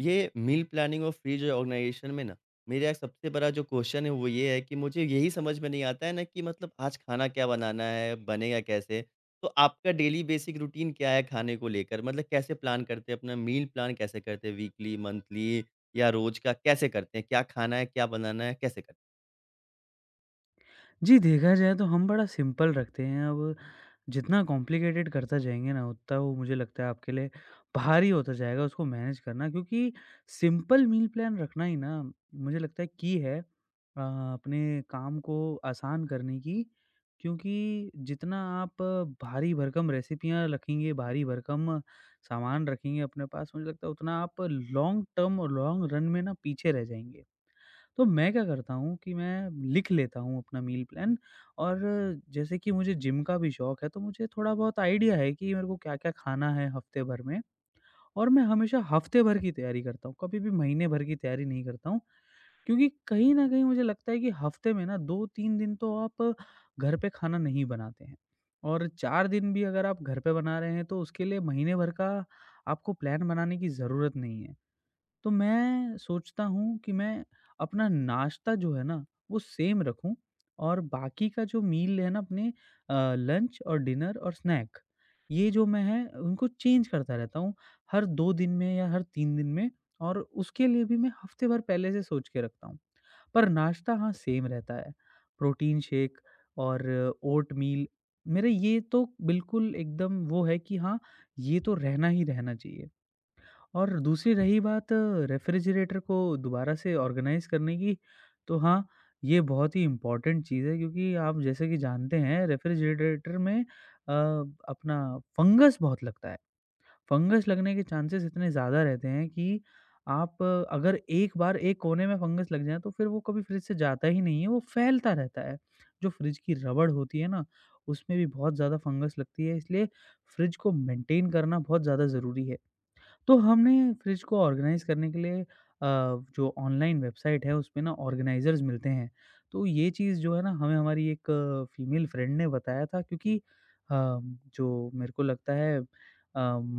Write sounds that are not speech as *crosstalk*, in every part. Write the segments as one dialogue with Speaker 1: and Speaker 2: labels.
Speaker 1: ये meal planning और free जो ऑर्गेनाइजेशन में ना, मेरा सबसे बड़ा जो क्वेश्चन है वो ये है कि मुझे यही समझ में नहीं आता है ना कि मतलब आज खाना क्या बनाना है, बनेगा कैसे? तो आपका डेली बेसिक रूटीन क्या है खाने को लेकर? मतलब कैसे प्लान करते हैं अपना मील प्लान कैसे करते हैं वीकली, मंथली या रोज़ का कैसे करते हैं? क्या खाना है, क्या बनाना है, कैसे करते हैं?
Speaker 2: जी, देखा जाए तो हम बड़ा सिंपल रखते हैं। अब जितना कॉम्प्लिकेटेड करता जाएँगे ना, उतना वो मुझे लगता है आपके लिए भारी होता जाएगा उसको मैनेज करना, क्योंकि सिंपल मील प्लान रखना ही ना मुझे लगता है की है अपने काम को आसान करने की। क्योंकि जितना आप भारी-भरकम रेसिपियाँ रखेंगे, भारी-भरकम सामान रखेंगे अपने पास, मुझे लगता है उतना आप लॉन्ग टर्म और लॉन्ग रन में ना पीछे रह जाएँगे। तो मैं क्या करता हूँ कि मैं लिख लेता हूँ अपना मील प्लान। और जैसे कि मुझे जिम का भी शौक है, तो मुझे थोड़ा बहुत आइडिया है कि मेरे को क्या-क्या खाना है हफ्ते भर में। और मैं हमेशा हफ्ते भर की तैयारी करता हूँ, कभी भी महीने भर की तैयारी नहीं करता हूँ। क्योंकि कहीं न कहीं मुझे लगता है कि हफ्ते में ना 2-3 दिन तो आप घर पे खाना नहीं बनाते हैं, और 4 दिन भी अगर आप घर पे बना रहे हैं तो उसके लिए महीने भर का आपको प्लान बनाने की ज़रूरत नहीं है। तो मैं सोचता हूँ कि मैं अपना नाश्ता जो है ना, वो सेम रखूँ और बाकी का जो मील है ना अपने लंच और डिनर और स्नैक, ये जो मैं है उनको चेंज करता रहता हूँ, हर 2 दिन में या हर 3 दिन में। और उसके लिए भी मैं हफ़्ते भर पहले से सोच के रखता हूँ। पर नाश्ता हाँ, सेम रहता है। प्रोटीन शेक और ओट मील, मेरे ये तो बिल्कुल एकदम वो है कि हाँ, ये तो रहना ही रहना चाहिए। और दूसरी रही बात रेफ्रिजरेटर को दोबारा से ऑर्गेनाइज़ करने की, तो हाँ, ये बहुत ही इम्पोर्टेंट चीज़ है, क्योंकि आप जैसे कि जानते हैं रेफ्रिजरेटर में अपना फंगस बहुत लगता है। फंगस लगने के चांसेस इतने ज़्यादा रहते हैं कि आप अगर एक बार एक कोने में फंगस लग जाए तो फिर वो कभी फ्रिज से जाता ही नहीं है, वो फैलता रहता है। जो फ्रिज की रबड़ होती है ना, उसमें भी बहुत ज़्यादा फंगस लगती है, इसलिए फ्रिज को मेंटेन करना बहुत ज़्यादा ज़रूरी है। तो हमने फ्रिज को ऑर्गेनाइज करने के लिए अ, जो ऑनलाइन वेबसाइट है उसपे ना ऑर्गेनाइज़र्स मिलते हैं। तो ये चीज़ जो है ना हमें हमारी एक फीमेल फ्रेंड ने बताया था, क्योंकि जो मेरे को लगता है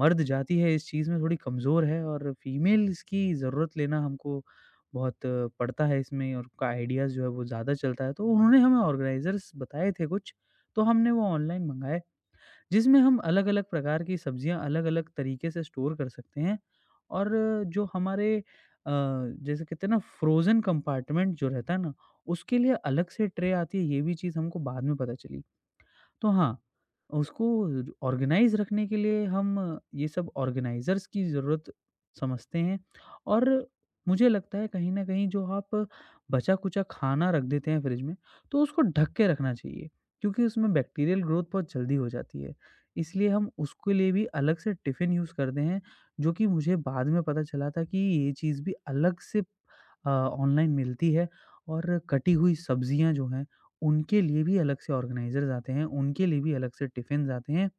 Speaker 2: मर्द जाति है इस चीज़ में थोड़ी कमज़ोर है, और फीमेल्स की ज़रूरत लेना हमको बहुत पड़ता है इसमें, और उनका आइडियाज़ जो है वो ज़्यादा चलता है। तो उन्होंने हमें ऑर्गेनाइज़र्स बताए थे कुछ, तो हमने वो ऑनलाइन मँगाए। जिसमें हम अलग-अलग प्रकार की सब्जियाँ अलग-अलग तरीके से स्टोर कर सकते हैं। और जो हमारे अ, जैसे कहते हैं ना फ्रोज़न कंपार्टमेंट जो रहता है ना, उसके लिए अलग से ट्रे आती है, ये भी चीज़ हमको बाद में पता चली। तो हाँ, उसको ऑर्गेनाइज़ रखने के लिए हम ये सब ऑर्गेनाइज़र्स की ज़रूरत समझते हैं। और मुझे लगता है कहीं न कहीं जो आप बचा-कुचा खाना रख देते हैं फ्रिज में, तो उसको ढक के रखना चाहिए, क्योंकि उसमें बैक्टीरियल ग्रोथ बहुत जल्दी हो जाती है। इसलिए हम उसके लिए भी अलग से टिफ़िन यूज़ करते हैं, जो कि मुझे बाद में पता चला था कि ये चीज़ भी अलग से ऑनलाइन मिलती है। और कटी हुई सब्ज़ियाँ जो हैं उनके लिए भी अलग से ऑर्गनाइज़र्स आते हैं, उनके लिए भी अलग से टिफ़िन्स आते हैं,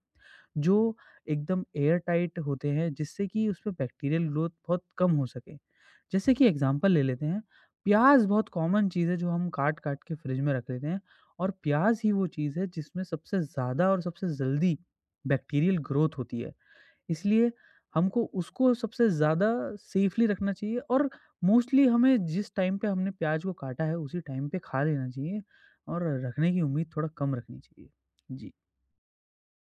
Speaker 2: जो एकदम एयर टाइट होते हैं, जिससे कि उसमें बैक्टीरियल ग्रोथ बहुत कम हो सके। जैसे कि एग्ज़ाम्पल ले लेते हैं, प्याज़ बहुत कॉमन चीज़ है जो हम काट-काट के फ्रिज में रख लेते हैं, और प्याज़ ही वो चीज़ है जिसमें सबसे ज़्यादा और सबसे जल्दी बैक्टीरियल ग्रोथ होती है। इसलिए हमको उसको सबसे ज़्यादा सेफ़ली रखना चाहिए, और मोस्टली हमें जिस टाइम पे हमने प्याज को काटा है उसी टाइम पे खा लेना चाहिए, और रखने की उम्मीद थोड़ा कम रखनी चाहिए। जी।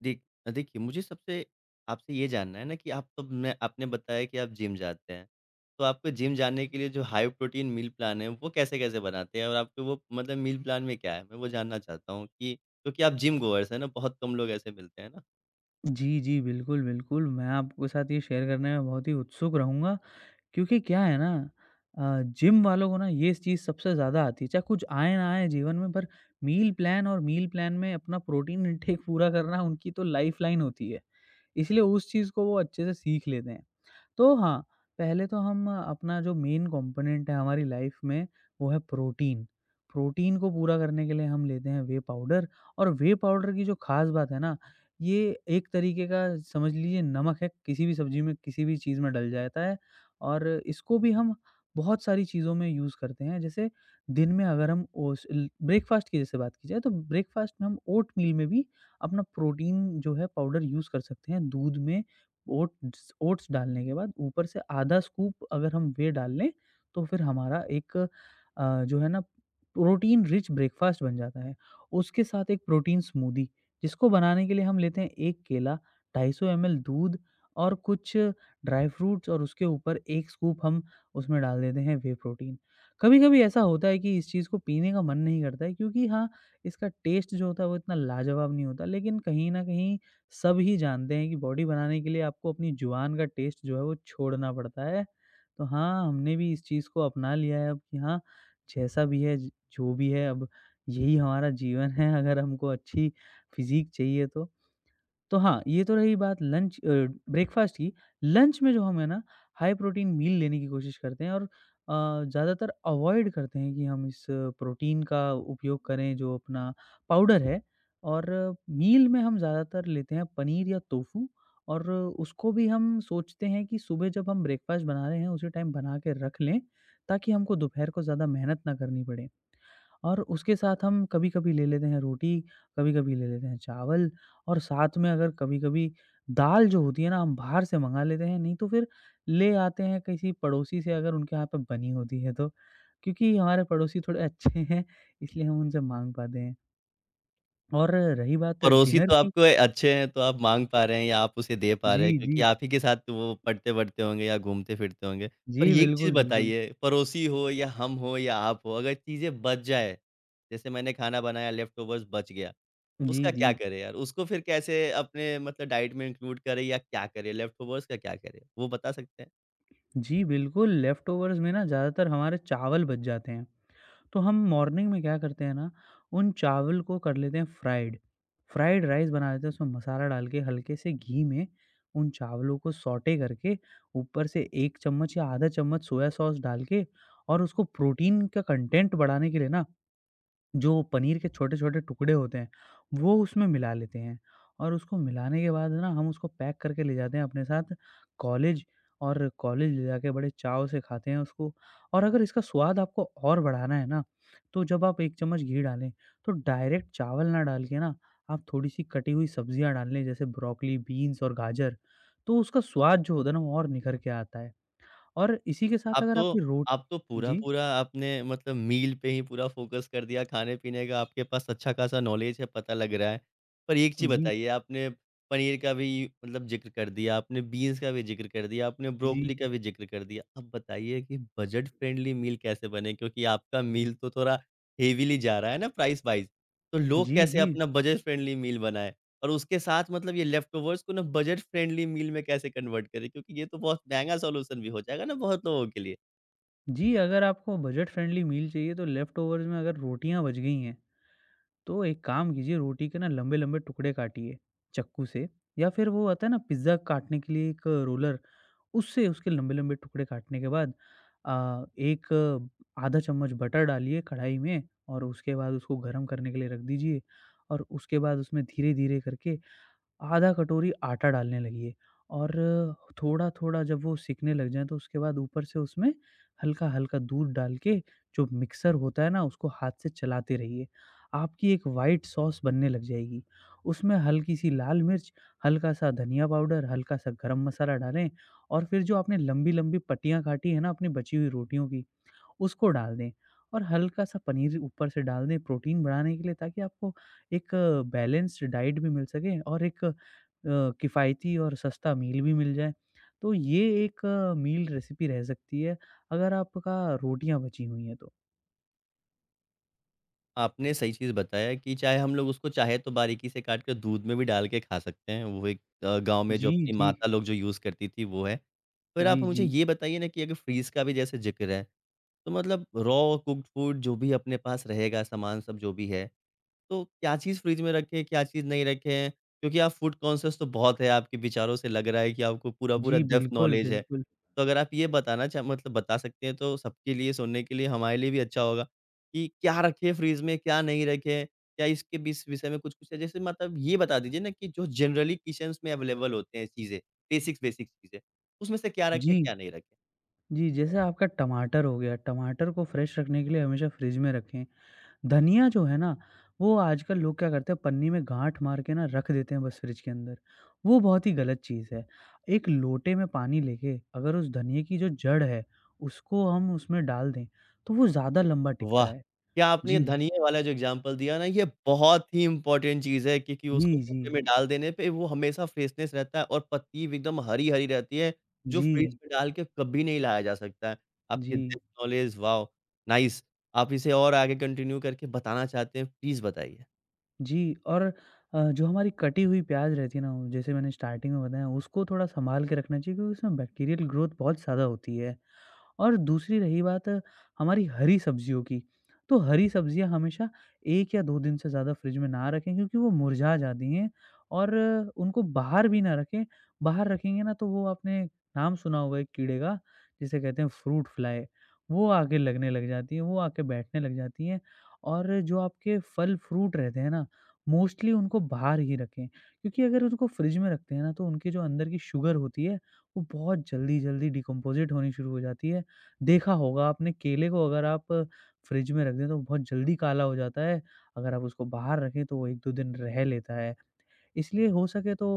Speaker 1: देख देखिए, मुझे सबसे आपसे ये जानना है ना कि आप तब मैं आपने बताया कि आप जिम जाते हैं। तो आपको जिम जाने के लिए जो हाई प्रोटीन मील प्लान है, वो कैसे-कैसे बनाते हैं? और आपके वो मतलब मील प्लान में क्या है? मैं वो जानना चाहता हूँ कि क्योंकि आप जिम गोअर्स हैं ना, बहुत कम लोग ऐसे मिलते हैं ना।
Speaker 2: जी, जी, बिल्कुल, बिल्कुल, मैं आपके साथ ये शेयर करने में बहुत ही उत्सुक रहूँगा, क्योंकि क्या है ना जिम वालों को ना ये चीज़ सबसे ज़्यादा आती है, चाहे कुछ आए ना आए जीवन में, पर मील प्लान और मील प्लान में अपना प्रोटीन इनटेक पूरा करना उनकी तो लाइफ़लाइन होती है। इसलिए उस चीज़ को वो अच्छे से सीख लेते हैं। तो हाँ, पहले तो हम अपना जो मेन कंपोनेंट है हमारी लाइफ में वो है प्रोटीन। प्रोटीन को पूरा करने के लिए हम लेते हैं व्हे पाउडर। और व्हे पाउडर की जो ख़ास बात है ना, ये एक तरीके का समझ लीजिए नमक है, किसी भी सब्ज़ी में, किसी भी चीज़ में डल जाता है। और इसको भी हम बहुत सारी चीज़ों में यूज़ करते हैं। जैसे दिन में अगर हम ओस ल ब्रेकफ़ास्ट की जैसे बात की जाए तो ब्रेकफ़ास्ट में हम ओटमील में भी अपना प्रोटीन जो है पाउडर यूज़ कर सकते हैं, दूध में ओट्स ओट्स डालने के बाद ऊपर से आधा स्कूप अगर हम वे डाल लें, तो फिर हमारा एक जो है ना प्रोटीन रिच ब्रेकफ़ास्ट बन जाता है। उसके साथ एक प्रोटीन स्मूदी, जिसको बनाने के लिए हम लेते हैं 1 केला, 250 एमएल दूध और कुछ ड्राई फ्रूट्स, और उसके ऊपर 1 स्कूप हम उसमें डाल देते हैं वे प्रोटीन। कभी-कभी ऐसा होता है कि इस चीज़ को पीने का मन नहीं करता है, क्योंकि हाँ, इसका टेस्ट जो होता है वो इतना लाजवाब नहीं होता, लेकिन कहीं न कहीं सब ही जानते हैं कि बॉडी बनाने के लिए आपको अपनी जुबान का टेस्ट जो है वो छोड़ना पड़ता है। तो हाँ, हमने भी इस चीज़ को अपना लिया है अब कि हाँ, जैसा भी है ज जो भी है, अब यही हमारा जीवन है अगर हमको अच्छी फ़िज़ीक चाहिए तो। तो हाँ, ये तो रही बात ब्रेकफ़ास्ट की। लंच में जो हम है ना हाई प्रोटीन मील लेने की कोशिश करते हैं, और ज़्यादातर अवॉइड करते हैं कि हम इस प्रोटीन का उपयोग करें जो अपना पाउडर है। और मील में हम ज़्यादातर लेते हैं पनीर या टोफू, और उसको भी हम सोचते हैं कि सुबह जब हम ब्रेकफ़ास्ट बना रहे हैं उसी टाइम बना के रख लें, ताकि हमको दोपहर को ज़्यादा मेहनत ना करनी पड़े। और उसके साथ हम कभी-कभी ले लेते हैं रोटी, कभी-कभी ले लेते हैं चावल, और साथ में अगर कभी-कभी दाल जो होती है ना, हम बाहर से मँगा लेते हैं, नहीं तो फिर ले आते हैं किसी पड़ोसी से अगर उनके यहाँ पे बनी होती है तो। क्योंकि हमारे पड़ोसी थोड़े अच्छे हैं, इसलिए हम उनसे माँग पाते हैं। और रही बात
Speaker 1: पड़ोसी
Speaker 2: डिनर
Speaker 1: तो
Speaker 2: की।
Speaker 1: आपको अच्छे हैं, तो आप माँग पा रहे हैं या आप उसे दे पा
Speaker 2: जी,
Speaker 1: रहे हैं क्योंकि
Speaker 2: जी।
Speaker 1: आप ही के साथ तो वो पढ़ते-वढ़ते होंगे या घूमते-फिरते होंगे। पर
Speaker 2: जी,
Speaker 1: ये एक चीज़
Speaker 2: बिल्कुल, बिल्कुल।
Speaker 1: बताइए, पड़ोसी हो या हम हो या आप हो, अगर चीज़ें बच जाए, जैसे मैंने खाना बनाया लेफ्ट ओवर्स बच गया।
Speaker 2: जी,
Speaker 1: उसका
Speaker 2: जी।
Speaker 1: क्या करें यार? उसको फिर कैसे अपने मतलब डाइट में इंक्लूड करें या क्या करें? लेफ्ट ओवर्स का क्या करें? वो बता सकते हैं?
Speaker 2: जी, बिल्कुल, लेफ्ट ओवर्स में ना ज़्यादातर हमारे चावल बच जाते हैं। तो हम मॉर्निंग में क्या करते हैं ना, उन चावल को कर लेते हैं फ्राइड। फ्राइड राइस बना लेते हैं, उसमें मसाला डाल के हल्के से घी में उन चावलों को सौटे करके, ऊपर से 1 चम्मच या आधा चम्मच सोया सॉस डाल के, और उसको प्रोटीन का कंटेंट बढ़ाने के लिए ना जो पनीर के छोटे-छोटे टुकड़े होते हैं, वो उसमें मिला लेते हैं, और उसको मिलाने के बाद ना हम उसको पैक करके ले जाते हैं अपने साथ कॉलेज। और कॉलेज ले जाके बड़े चाव से खाते हैं उसको। और अगर इसका स्वाद आपको और बढ़ाना है ना, तो जब आप 1 चम्मच घी डालें, तो डायरेक्ट चावल ना डाल के ना आप थोड़ी-सी कटी हुई सब्जियाँ डाल लें, जैसे ब्रोकली, बीन्स और गाजर, तो उसका स्वाद जो होता है ना वो और निखर के आता है। और इसी के साथ
Speaker 1: आप
Speaker 2: अगर आपकी
Speaker 1: तो
Speaker 2: रोटी
Speaker 1: आप तो
Speaker 2: जी,
Speaker 1: पूरा-पूरा आपने मतलब मील पे ही पूरा फ़ोकस कर दिया, खाने-पीने का आपके पास अच्छा-खासा नॉलेज है, पता लग रहा है। पर एक चीज़
Speaker 2: जी,
Speaker 1: बताइए, आपने पनीर का भी मतलब ज़िक्र कर दिया, आपने बीन्स का भी ज़िक्र कर दिया, आपने
Speaker 2: जी,
Speaker 1: ब्रोकली का भी ज़िक्र कर दिया। अब बताइए कि बजट फ्रेंडली मील कैसे बने? क्योंकि आपका मील तो थोड़ा हेवीली जा रहा है ना प्राइस वाइज़। तो लोग
Speaker 2: जी,
Speaker 1: कैसे
Speaker 2: जी।
Speaker 1: अपना बजट फ्रेंडली मील बनाएँ? और उसके साथ मतलब ये लेफ्टओवर्स को ना बजट फ्रेंडली मील में कैसे कन्वर्ट करें? क्योंकि ये तो बहुत महँगा सॉल्यूशन भी हो जाएगा ना बहुत लोगों के लिए।
Speaker 2: जी, अगर आपको बजट फ्रेंडली मील चाहिए तो लेफ्टओवर्स में अगर रोटियाँ बच गई हैं, तो एक काम कीजिए, रोटी के ना लंबे-लंबे टुकड़े काटिए चाकू से, या फिर वो आता है ना पिज़्ज़ा काटने के लिए एक रोलर, उससे उसके लंबे-लंबे टुकड़े काटने के बाद एक आधा चम्मच बटर डालिए कढ़ाई में, और उसके बाद उसको गरम करने के लिए रख दीजिए, और उसके बाद उसमें धीरे-धीरे करके आधा कटोरी आटा डालने लगिए, और थोड़ा-थोड़ा जब वो सिकने लग जाएँ तो उसके बाद ऊपर से उसमें हल्का-हल्का दूध डाल के जो मिक्सर होता है ना उसको हाथ से चलाते रहिए। आपकी एक व्हाइट सॉस बनने लग जाएगी। उसमें हल्की-सी लाल मिर्च, हल्का-सा धनिया पाउडर, हल्का-सा गरम मसाला डालें, और फिर जो आपने लंबी-लंबी पट्टियाँ काटी है ना अपनी बची हुई रोटियों की उसको डाल दें, और हल्का-सा पनीर ऊपर से डाल दें प्रोटीन बढ़ाने के लिए, ताकि आपको एक बैलेंस्ड डाइट भी मिल सके और एक किफ़ायती और सस्ता मील भी मिल जाए। तो ये एक मील रेसिपी रह सकती है, अगर आपका रोटियाँ बची हुई हैं तो।
Speaker 1: आपने सही चीज़ बताया कि चाहे हम लोग उसको चाहे तो बारीकी से काट के दूध में भी डाल के खा सकते हैं। वो एक गाँव में जो
Speaker 2: जी,
Speaker 1: अपनी
Speaker 2: जी।
Speaker 1: माता लोग जो यूज़ करती थी वो है। फिर आप
Speaker 2: जी, जी।
Speaker 1: मुझे ये बताइए ना कि अगर फ्रीज़ का भी जैसे ज़िक्र है, तो मतलब रॉ कुक्ड फूड जो भी अपने पास रहेगा सामान सब जो भी है, तो क्या चीज़ फ्रिज में रखें, क्या चीज़ नहीं रखें? क्योंकि आप फूड कॉन्शियस तो बहुत है, आपके विचारों से लग रहा है कि आपको पूरा-पूरा
Speaker 2: जी,
Speaker 1: डेप्थ *laughs*
Speaker 2: बिल्कुल,
Speaker 1: नॉलेज है।
Speaker 2: बिल्कुल।
Speaker 1: तो अगर आप ये बताना चाह मतलब बता सकते हैं तो सबके लिए सुनने के लिए हमारे लिए भी अच्छा होगा कि क्या रखें फ्रिज में, क्या नहीं रखें? क्या इसके बीस विषय में कुछ-कुछ है? जैसे मतलब ये बता दीजिए ना कि जो जनरली किचन्स में अवेलेबल होते हैं चीज़ें, बेसिक्स-बेसिक्स चीज़ें, उसमें से क्या रखें,
Speaker 2: जी,
Speaker 1: क्या नहीं रखें?
Speaker 2: जी, जैसे आपका टमाटर हो गया, टमाटर को फ्रेश रखने के लिए हमेशा फ्रिज में रखें। धनिया जो है ना, वो आजकल लोग क्या करते हैं पन्नी में गाँठ मार के ना रख देते हैं बस फ्रिज के अंदर। वो बहुत ही गलत चीज़ है। एक लोटे में पानी लेके अगर उस धनिये की जो जड़ है, उसको हम उसमें डाल दें, तो वो ज़्यादा लंबा टिकता
Speaker 1: वाह!
Speaker 2: है।
Speaker 1: क्या आपने ये
Speaker 2: जी।
Speaker 1: धनिये वाला जो एग्ज़ाम्पल दिया ना, ये बहुत ही इम्पोर्टेंट चीज़ है क्योंकि
Speaker 2: जी,
Speaker 1: उसको
Speaker 2: जी।
Speaker 1: रोटी में डाल देने पे वो हमेशा फ्रेशनेस रहता है और पत्ती भी एकदम हरी-हरी रहती है, जो फ्रिज
Speaker 2: जी,
Speaker 1: में डाल के कभी नहीं लाया जा सकता है। आपकी दिस
Speaker 2: जी,
Speaker 1: नॉलेज वाओ! नाइस। आप इसे और आगे कंटिन्यू करके बताना चाहते हैं, प्लीज़ बताइए।
Speaker 2: जी और जो हमारी कटी हुई प्याज़ रहती है ना, जैसे मैंने स्टार्टिंग में बताया उसको थोड़ा सँभाल के रखना चाहिए क्योंकि उसमें बैक्टीरियल ग्रोथ बहुत ज़्यादा होती है। और दूसरी रही बात हमारी हरी सब्जियों की, तो हरी सब्जियाँ हमेशा 1 या 2 दिन से ज़्यादा फ्रिज में ना रखें क्योंकि वो मुरझा जाती हैं और उनको बाहर भी ना रखें। बाहर रखेंगे ना तो वो आपने नाम सुना होगा एक कीड़े का, जिसे कहते हैं फ्रूट फ्लाई, वो आके लगने लग जाती हैं, वो आके बैठने लग जाती हैं और जो आपके फल फ्रूट रहते हैं ना, मोस्टली उनको बाहर ही रखें क्योंकि अगर उनको फ्रिज में रखते हैं ना तो उनके जो अंदर की शुगर होती है, वो बहुत जल्दी-जल्दी डिकम्पोज़िट होनी शुरू हो जाती है। देखा होगा आपने केले को अगर आप फ्रिज में रख दें तो बहुत जल्दी काला हो जाता है। अगर आप उसको बाहर रखें तो वो 1-2 दिन रह लेता है। इसलिए हो सके तो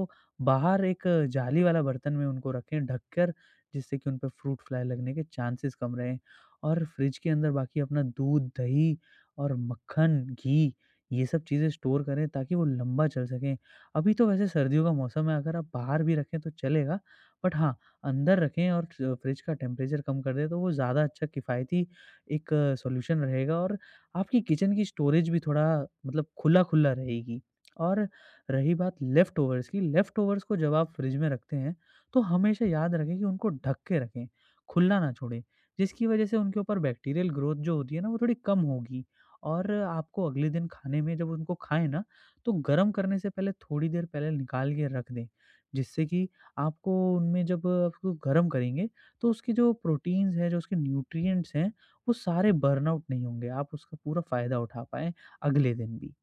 Speaker 2: बाहर एक जाली वाला बर्तन में उनको रखें, ढक कर जिससे कि उन पे फ्रूट फ्लाई लगने के चांसेस कम रहें। और फ्रिज के अंदर बाकी अपना दूध, दही और मक्खन, घी ये सब चीज़ें स्टोर करें ताकि वो लंबा चल सकें। अभी तो वैसे सर्दियों का मौसम है, अगर आप बाहर भी रखें तो चलेगा, बट हाँ, अंदर रखें और च फ्रिज का टेम्परेचर कम कर दें तो वो ज़्यादा अच्छा किफ़ायती एक सॉल्यूशन रहेगा और आपकी किचन की स्टोरेज भी थोड़ा मतलब खुला-खुला रहेगी। और रही बात लेफ़्टओवर्स की, लेफ़्टओवर्स को जब आप फ्रिज में रखते हैं, तो हमेशा याद रखें कि उनको ढक के रखें, खुला ना छोड़ें, जिसकी वज़ह से उनके ऊपर बैक्टीरियल ग्रोथ जो होती है ना, वो थोड़ी कम होगी। और आपको अगले दिन खाने में जब उनको खाएँ ना, तो गरम करने से पहले थोड़ी देर पहले निकाल के रख दें, जिससे कि आपको उनमें जब आपको गरम करेंगे, तो उसके जो प्रोटीन्स हैं, जो उसके न्यूट्रिएंट्स हैं, वो सारे बर्न आउट नहीं होंगे, आप उसका पूरा फ़ायदा उठा पाएँ अगले दिन भी।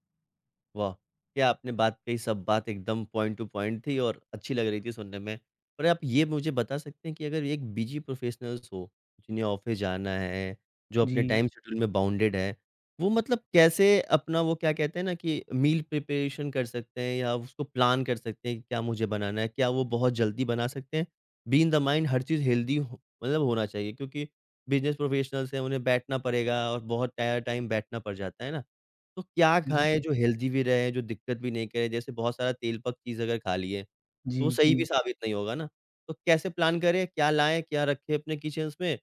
Speaker 1: वाह! क्या आपने बात कही, सब बात एकदम पॉइंट टू पॉइंट थी और अच्छी लग रही थी सुनने में। पर आप ये मुझे बता सकते हैं कि अगर एक बिज़ी प्रोफ़ेशनल्स हो, जिन्हें ऑफ़िस जाना है, जो अपने
Speaker 2: जी,
Speaker 1: टाइम शेड्यूल में बाउंडेड है, वो मतलब कैसे अपना वो क्या कहते हैं ना कि मील प्रिपरेशन कर सकते हैं या उसको प्लान कर सकते हैं कि क्या मुझे बनाना है? क्या वो बहुत जल्दी बना सकते हैं? बीइंग द माइंड हर चीज़ हेल्दी हो मतलब होना चाहिए क्योंकि बिज़नेस प्रोफ़ेशनल्स हैं, उन्हें बैठना पड़ेगा और बहुत टाय टाइम बैठना पड़ जाता है ना? तो क्या
Speaker 2: जी,
Speaker 1: खाएँ जो हेल्दी भी रहे, जो दिक्कत भी नहीं करे? जैसे बहुत सारा तेल-पक चीज़ अगर खा लिए, तो
Speaker 2: जी,
Speaker 1: वो सही
Speaker 2: जी।
Speaker 1: भी साबित नहीं होगा ना। तो कैसे प्लान करें? क्या लाएँ, क्या रखें अपने किचन्स में?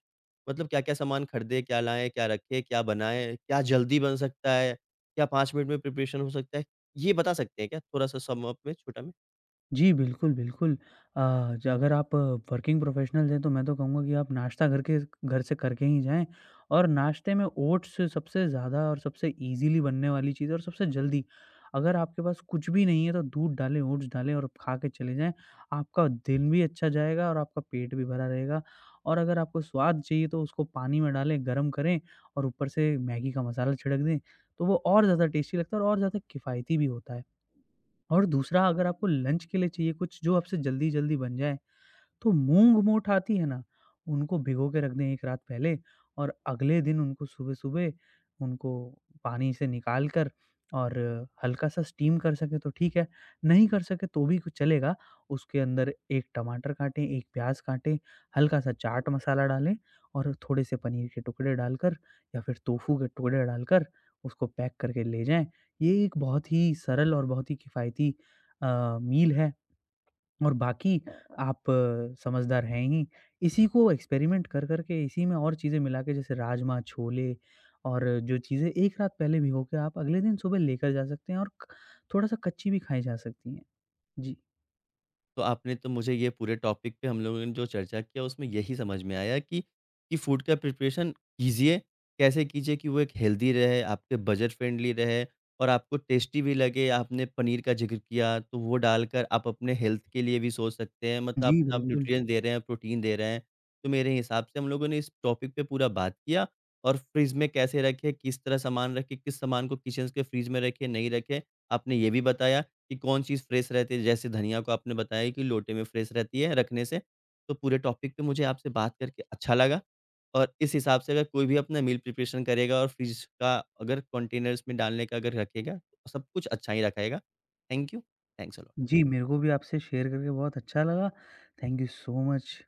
Speaker 1: मतलब क्या-क्या सामान खरीदें, क्या लाएँ, क्या रखें, क्या बनाएँ? क्या जल्दी बन सकता है? क्या 5 मिनट में प्रिपरेशन हो सकता है? ये बता सकते हैं क्या थोड़ा-सा सम अप में छोटा में?
Speaker 2: जी, बिल्कुल, बिल्कुल। अ, ज अगर आप वर्किंग प्रोफ़ेशनल्स हैं, तो मैं तो कहूँगा कि आप नाश्ता घर से करके ही जाएँ और नाश्ते में ओट्स सबसे ज़्यादा और सबसे ईज़िली बनने वाली चीज़ है और सबसे जल्दी। अगर आपके पास कुछ भी नहीं है, तो दूध डालें, ओट्स डालें और खा के चले जाएँ। आपका दिन भी अच्छा जाएगा और आपका पेट भी भरा रहेगा। और अगर आपको स्वाद चाहिए, तो उसको पानी में डालें, गरम करें और ऊपर से मैगी का मसाला छिड़क दें, तो वो और ज़्यादा टेस्टी लगता है और ज़्यादा किफ़ायती भी होता है। और दूसरा, अगर आपको लंच के लिए चाहिए कुछ जो आपसे जल्दी-जल्दी बन जाए, तो मूंग-मोठ आती है ना, उनको भिगो के रख दें 1 रात पहले और अगले दिन उनको सुबह-सुबह उनको पानी से निकाल कर और हल्का-सा स्टीम कर सकें तो ठीक है, नहीं कर सके तो भी कुछ चलेगा। उसके अंदर 1 टमाटर काटें, 1 प्याज़ काटें, हल्का-सा चाट मसाला डालें और थोड़े से पनीर के टुकड़े डालकर या फिर टोफू के टुकड़े डालकर उसको पैक करके ले जाएँ। ये एक बहुत ही सरल और बहुत ही किफ़ायती मील है। और बाकी आप समझदार हैं ही, इसी को एक्सपेरिमेंट कर कर के इसी में और चीज़ें मिला के जैसे राजमा, छोले और जो चीज़ें एक रात पहले भिगो के आप अगले दिन सुबह लेकर जा सकते हैं और क थोड़ा-सा कच्ची भी खाई जा सकती हैं। जी।
Speaker 1: तो आपने तो मुझे ये पूरे टॉपिक पे हम लोगों ने जो चर्चा किया उसमें यही समझ में आया कि फूड का प्रिपरेशन कीजिए, कैसे कीजिए कि वो एक हेल्दी रहे, आपके बजट फ्रेंडली रहे और आपको टेस्टी भी लगे। आपने पनीर का ज़िक्र किया तो वो डालकर आप अपने हेल्थ के लिए भी सोच सकते हैं मतलब
Speaker 2: जी,
Speaker 1: अपना आप
Speaker 2: बिल्कुल।
Speaker 1: न्यूट्रिएंट दे रहे हैं, प्रोटीन दे रहे हैं। तो मेरे हिसाब से हम लोगों ने इस टॉपिक पे पूरा बात किया और फ्रिज में कैसे रखें, किस तरह सामान रखें, किस सामान को किचन के फ्रिज में रखें, नहीं रखें, आपने ये भी बताया। कि कौन चीज़ फ्रेश रहती है, जैसे धनिया को आपने बताया कि लोटे में फ्रेश रहती है रखने से। तो पूरे टॉपिक पे मुझे आपसे बात करके अच्छा लगा और इस हिसाब से अगर कोई भी अपना मील प्रिपरेशन करेगा और फ्रिज का अगर कंटेनर्स में डालने का अगर रखेगा, तो सब कुछ अच्छा ही रखेगा। Thank you. Thanks a lot.
Speaker 2: जी, मेरे को भी आपसे शेयर करके बहुत अच्छा लगा। Thank you so much.